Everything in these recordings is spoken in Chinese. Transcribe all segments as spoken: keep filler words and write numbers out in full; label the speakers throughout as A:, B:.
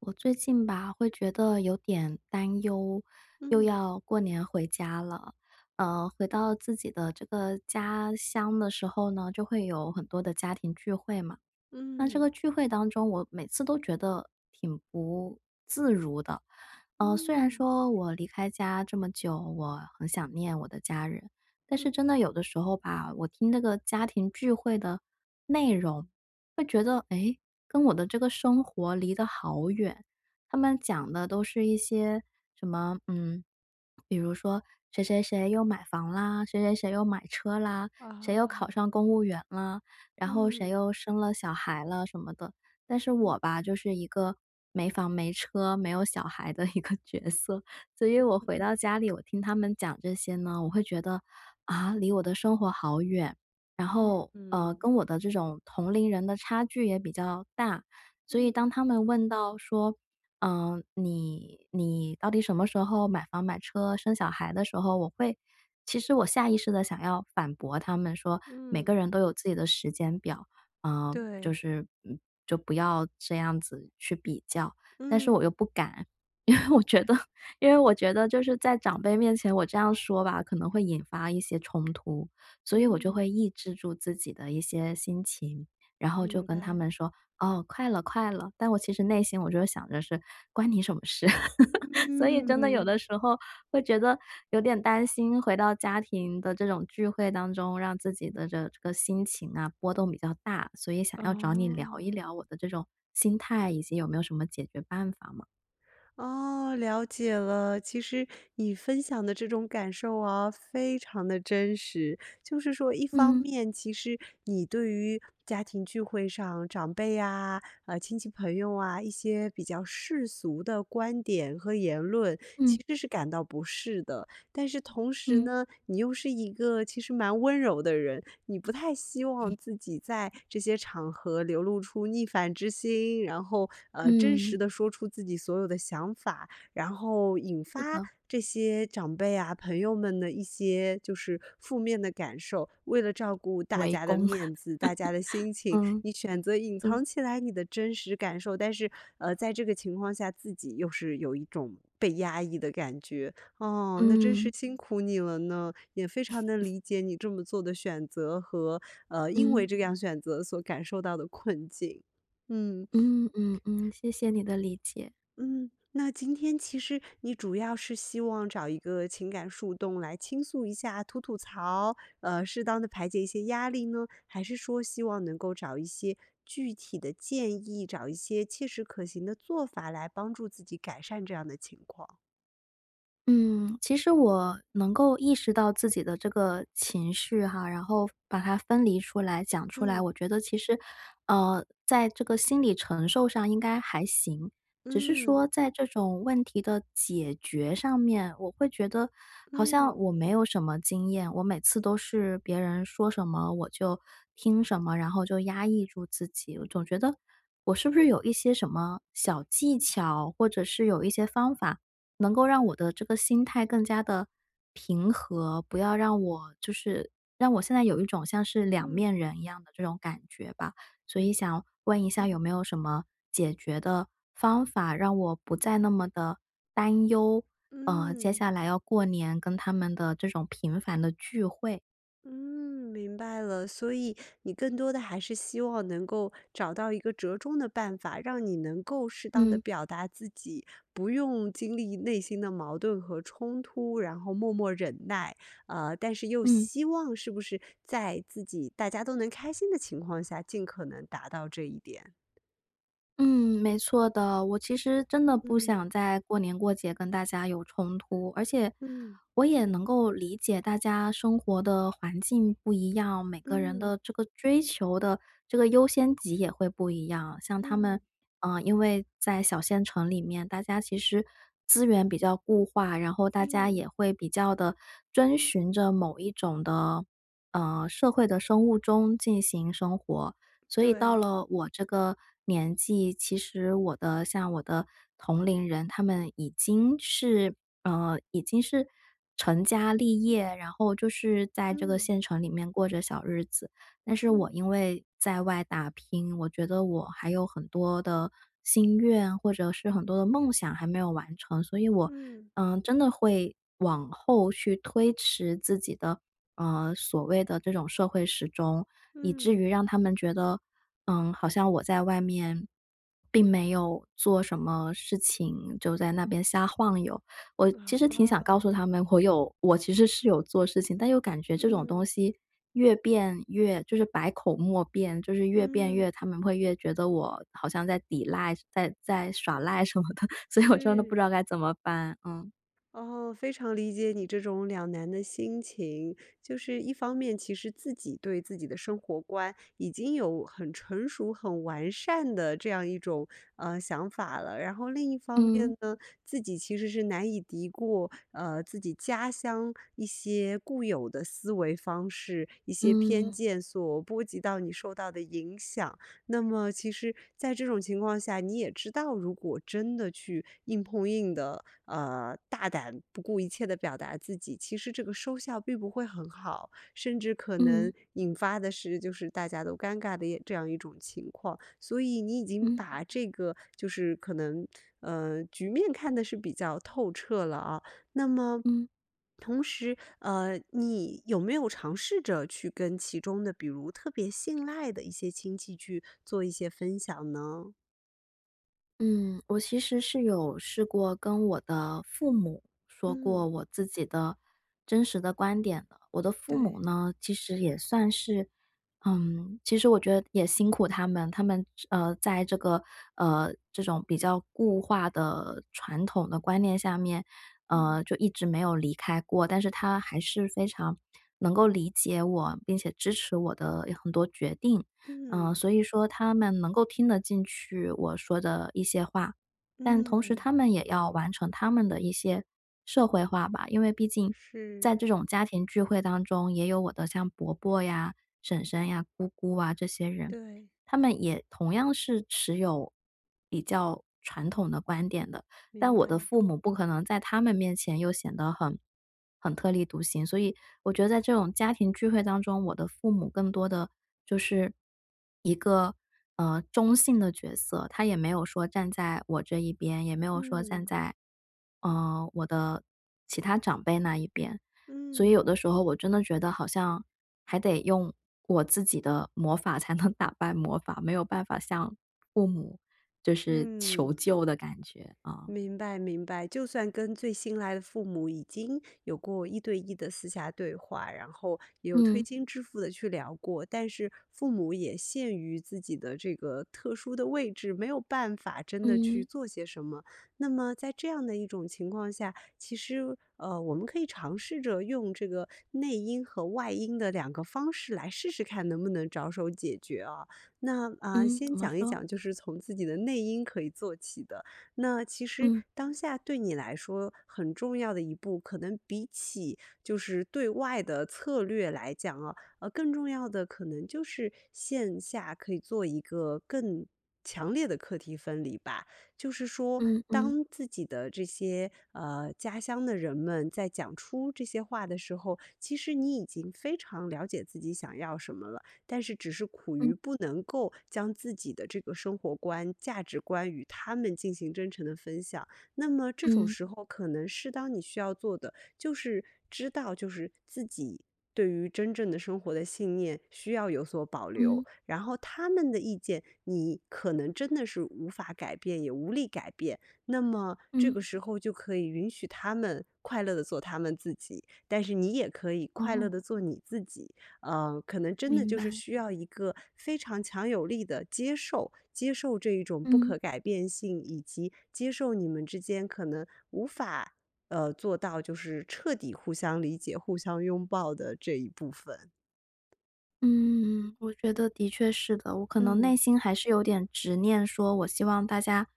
A: 我最近吧，会觉得有点担忧，又
B: 嗯
A: 要过年回家了。呃，回到自己的这个家乡的时候呢，就会有很多的家庭聚会嘛。那这个
B: 嗯
A: 聚会当中，我每次都觉得挺不自如的。呃，虽然
B: 嗯
A: 说我离开家这么久，我很想念我的家人，但
B: 嗯，
A: 是真的有的时候吧，我听那个家庭聚会的内容，会觉得，诶，跟我的这个生活离得好远。他们讲的都是一些什么，嗯，比如说谁谁谁又买房啦，谁谁谁又买车啦，谁又考
B: 啊，
A: 上公务员啦，然后谁
B: 嗯
A: 又生了小孩了什么的。但是
B: 嗯
A: 我吧，就是一个没房没车、没有小孩的一个角色，所以我回
B: 嗯
A: 到家里，我听他们讲这些呢，我会觉得啊，离我的生活好远，然
B: 嗯
A: 后呃，
B: 嗯
A: 跟我的这种同龄人的差距也比较大，所以
B: 嗯
A: 当他们问到说，嗯、你你到底什么时候买房买车生小孩的时候，我会其实我下意识的想要反驳他们说，每个
B: 嗯，
A: 人都有自己的时间表，呃，就
B: 对，
A: 是嗯，就不要这样子去比较。但是我又
B: 嗯
A: 不敢，因为我觉得因为我觉得就是在长辈面前我这样说吧，可能会引发一些冲突，所以我就会
B: 嗯，
A: 抑制住自己的一些心情，然后就
B: 明
A: 跟他
B: 白，
A: 们说：“哦，快了，快了。”但我其实内心我就是想着是关你什么事。所以真的有
B: 嗯，
A: 的时候会觉得有点担心，回到家庭的这种聚会当中，让自己的这这个心情啊波动比较大，所以想要找你聊
B: 哦。
A: 一聊我的这种心态，以及有没有什么解决办法嘛？
B: 哦，了解了。其实你分享的这种感受啊，非常的真实。就是说，一方
A: 嗯
B: 面，其实你对于家庭聚会上长辈啊、呃亲戚朋友啊一些比较世俗的观点和言论，
A: 嗯
B: 其实是感到不适的。但是同时
A: 嗯
B: 呢，你又是一个其实蛮温柔的人，你不太希望自己在这些场合流露出逆反之心，然后呃真实
A: 嗯，
B: 的说出自己所有的想法，然后引
A: 是
B: 发
A: 的，
B: 这些长辈啊朋友们的一些就是负面的感受。为了照顾大
A: 围
B: 家的
A: 攻。
B: 面 子，大家的心情，
A: 嗯，
B: 你选择隐
A: 是的。
B: 藏起来你的真实感受，但是呃在这个情况下，自己又是有一种被压抑的感觉。哦，那真是
A: 嗯
B: 辛苦你了呢。也非常能理解你这么做的选择和，呃，因为
A: 嗯
B: 这样选择所感受到的困境。嗯，
A: 嗯嗯嗯，谢谢你的理解。
B: 嗯，那今天其实你主要是希望找一个情感树洞来倾诉一下、吐吐槽，呃，适当的排解一些压力呢？还是说希望能够找一些具体的建议，找一些切实可行的做法来帮助自己改善这样的情况？
A: 嗯，其实我能够意识到自己的这个情绪哈，然后把它分离出来、讲出来，
B: 嗯，
A: 我觉得其实，呃，在这个心理承受上应该还行。只是
B: 嗯，
A: 说在这种问题的解决上面，我会觉得好像
B: 嗯，
A: 我没有什么经验，我每次都是别人说什么我就听什么，然后就压抑住自己。我总觉得我是不是有一些什么小技巧，或者是有一些方法。能够让我的这个心态更加的平和，不要让我就是让我现在有一种像是两
B: 嗯，
A: 面人一样的这种感觉吧。所
B: 没
A: 以想问一下有
B: 嗯，
A: 没有什么解决的方法，让我不再那么的担忧，呃，接
B: 嗯。
A: 下来要过年跟他们的这种频繁的聚会。
B: 嗯，明白了。所以你更多的还是希望能够找到一个折中的办法，让你能够适当的
A: 嗯
B: 表达自己，不用经历内心的矛盾和冲突，然后默默忍耐。呃，但是又
A: 嗯。
B: 希望是不是在自己大家都能开心的情况下，尽可能达到这一点。
A: 嗯，没错的。我其实真的不
B: 嗯
A: 想在过年过节跟大家有冲突，而且
B: 嗯
A: 我也能够理解大家生活的环境不一样，每个人
B: 嗯
A: 的这个追求的这个优先级也会不一样。像他们，
B: 嗯
A: 嗯，因为在小县城里面，大家其实资源比较固化，然后大家
B: 嗯，
A: 也会比较的遵循着某一种的，呃，社会的生物钟进行生活。所以到
B: 对，
A: 了我这个年纪，其实我的像我的同龄人，他们已经是呃，已经是成家立业，然后就是在这个
B: 嗯
A: 县城里面过着小日子。但是我
B: 嗯
A: 因为在外打拼，我觉得我还有很多的心愿，或者是很多的梦想还没有完成，所以我
B: 嗯
A: 嗯，真的会往后去推迟自己的，呃，所谓的这种社会时钟，以至
B: 嗯
A: 于让他们觉得，嗯，好像我在外面并没有做什么事情，就在那边瞎晃悠。我其实挺想告
B: 啊，
A: 诉他们，我有我其实是有做事情，但又感觉这种东
B: 嗯
A: 西越变越就是百口莫辩，就是越变
B: 嗯。
A: 越他们会越觉得我好像在抵赖，在在耍赖什么的，所以我真的不
B: 是，
A: 知道该怎么办，嗯。
B: 哦，非常理解你这种两难的心情。就是一方面，其实自己对自己的生活观已经有很成熟、很完善的这样一种呃想法了，然后另一方
A: 嗯
B: 面呢，自己其实是难以敌过呃自己家乡一些固有的思维方式、一些偏
A: 嗯
B: 见所波及到你受到的影响。那么其实在这种情况下，你也知道，如果真的去硬碰硬的，呃，大胆不顾一切的表达自己，其实这个收效并不会很好，甚至可
A: 嗯
B: 能引发的是就是大家都尴尬的也这样一种情况。所以你已经
A: 嗯
B: 把这个就是可能，呃，局面看的是比较透彻了啊。那么
A: 嗯
B: 同时，呃，你有没有尝试着去跟其中的，比如特别信赖的一些亲戚去做一些分享呢？
A: 嗯，我其实是有试过跟我的父母说过
B: 嗯，
A: 我自己的真实的观点的。我的父母
B: 对，
A: 呢，其实也算是，嗯，其实我觉得也辛苦他们，他们呃，在这个呃这种比较固化的传统的观念下面，
B: 嗯
A: 呃，就一直没有离开过，但是他还是非常能够理解我，并且支持我的很多决定。嗯，
B: 嗯
A: 所以说他们能够听得进去我说的一些话，但同时
B: 嗯，
A: 他们也要完成他们的一些社会化吧。因为毕竟
B: 是，
A: 在这种家庭聚会当中，也有我的像伯伯呀、婶婶呀、姑姑啊这些人，
B: 对，
A: 他们也同样是持有比较传统的观点的，但
B: 明
A: 我的
B: 白，
A: 父母不可能在他们面前又显得很很特立独行，所以我觉得在这种家庭聚会当中，我的父母更多的就是一个呃中性的角色，他也没有说站在我这一边，也没有说站
B: 嗯
A: 在嗯、呃我的其他长辈那一边，所以有
B: 嗯
A: 的时候我真的觉得好像还得用我自己的魔法才能打败魔法，没有办法向父母就是
B: 嗯。
A: 求救的感觉啊。
B: 明白明白，就算跟最新来的父母已经有过一对一的私下对话，然后也有推
A: 嗯
B: 心置腹的去聊过，但是父母也限于自己的这个特殊的位置，没有办法真的去
A: 嗯
B: 做些什么。那么在这样的一种情况下，其实呃，我们可以尝试着用这个内因和外因的两个方式来试试看能不能着手解决啊。那啊、呃
A: 嗯，怎
B: 先
A: 么
B: 讲一
A: 说？
B: 讲，就是从自己的内因可以做起的。那其实
A: 嗯
B: 当下对你来说很重要的一步，可能比起就是对外的策略来讲啊，呃，更重要的可能就是线下可以做一个更强烈的课题分离吧。就是说，
A: 嗯嗯
B: 当自己的这些呃家乡的人们在讲出这些话的时候，其实你已经非常了解自己想要什么了。但是只是苦于
A: 嗯
B: 不能够将自己的这个生活观、价值观与他们进行真诚的分享。那么这种
A: 嗯
B: 时候，可能适当你需要做的就是知道，就是自己对于真正的生活的信念需要有所保
A: 嗯
B: 留，然后他们的意见你可能真的是无法改变，也无力改变。那么这
A: 嗯，
B: 个时候就可以允许他们快乐的做他们自己，但是你也可以快乐
A: 哦，
B: 的做你自己。呃，可能真的
A: 明
B: 就是
A: 白，
B: 需要一个非常强有力的接受，接受这一种不
A: 嗯。
B: 可改变性，以及接受你们之间可能无法呃做到就是彻底互相理解、互相拥抱的这一部分。
A: 嗯，我觉得的确是的，我可能内
B: 嗯
A: 心还是有点执念，说我希望大家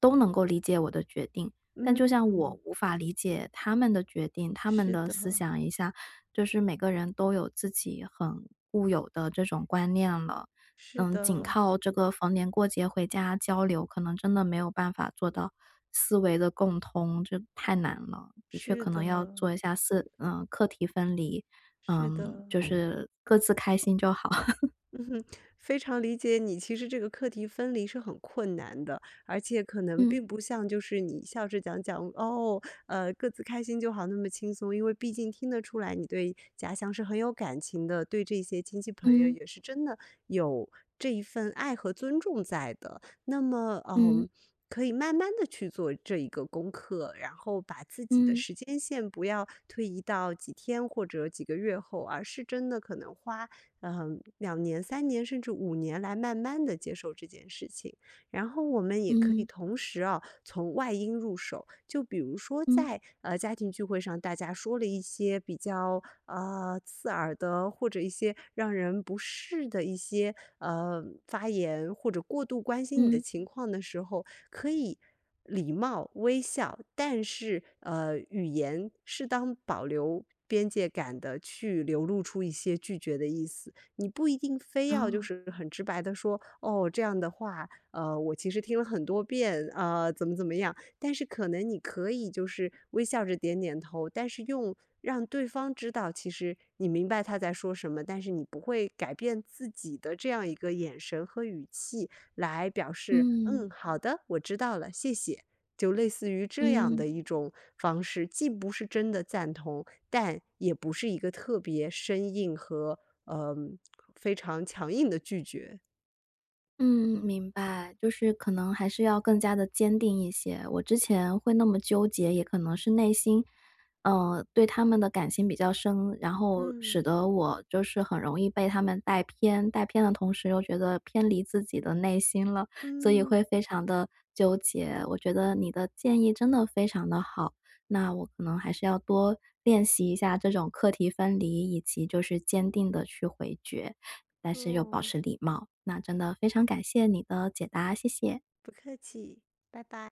A: 都能够理解我的决定，但
B: 嗯
A: 就像我
B: 嗯，
A: 无法理解他们的决定，他们
B: 是
A: 的
B: 的，
A: 思想一下，就是每个人都有自己很固有的这种观念了，
B: 是
A: 嗯，仅
B: 的，
A: 靠这个逢年过节回家交流，可能真的没有办法做到思维的共通，这太难了，的确
B: 是
A: 可
B: 的，
A: 能要做一下思嗯，课题分离。
B: 是
A: 嗯，
B: 的。
A: 就是各自开心就好。
B: 嗯哼，非常理解你。其实这个课题分离是很困难的，而且可能
A: 嗯
B: 并不像就是你笑着讲讲哦，呃，各自开心就好，那么轻松。因为毕竟听得出来，你对家乡是很有感情的，对这些亲戚朋友
A: 嗯
B: 也是真的有这一份爱和尊重在的。那么，
A: 嗯
B: 嗯。可以慢慢的去做这一个功课，然后把自己的
A: 嗯
B: 时间线不要推移到几天或者几个月后，而是真的可能花嗯两年、三年甚至五年来慢慢的接受这件事情。然后我们也可以
A: 嗯
B: 同时啊，从外因入手，就比如说
A: 嗯
B: 在，呃，家庭聚会上大家说了一些比较，呃，刺耳的或者一些让人不适的一些，呃，发言，或者过度关心你的
A: 嗯
B: 情况的时候，可以礼貌、微笑，但是呃，语言适当保留边界感的去流露出一些拒绝的意思。你不一定非要就
A: 哦。
B: 是很直白的说，哦，这样的话，呃，我其实听了很多遍，呃，怎么怎么样。但是可能你可以就是微笑着点点头，但是用让对方知道，其实你明白他在说什么，但是你不会改变自己的这样一个眼神和语气，来表示
A: 嗯
B: “嗯，好的，我知道了，谢谢”，就类似于这样
A: 嗯。
B: 的一种方式，既不是真的赞同，但也不是一个特别生硬和嗯呃非常强硬的拒绝。
A: 嗯，明白，就是可能还是要更加的坚定一些。我之前会那么纠结，也可能是内心，呃，对他们的感情比较深，然后
B: 嗯
A: 使得我就是很容易被他们带偏，带偏的同时又觉得偏离自己的内心了，所以会
B: 嗯，
A: 非常的纠结。我觉得你的建议真的非常的好，那我可能还是要多练习一下这种课题分离，以及就是坚定的去回绝。但是又保
B: 哦，
A: 持礼貌。那真的非常感谢你的解答，谢谢。
B: 不客气，拜拜。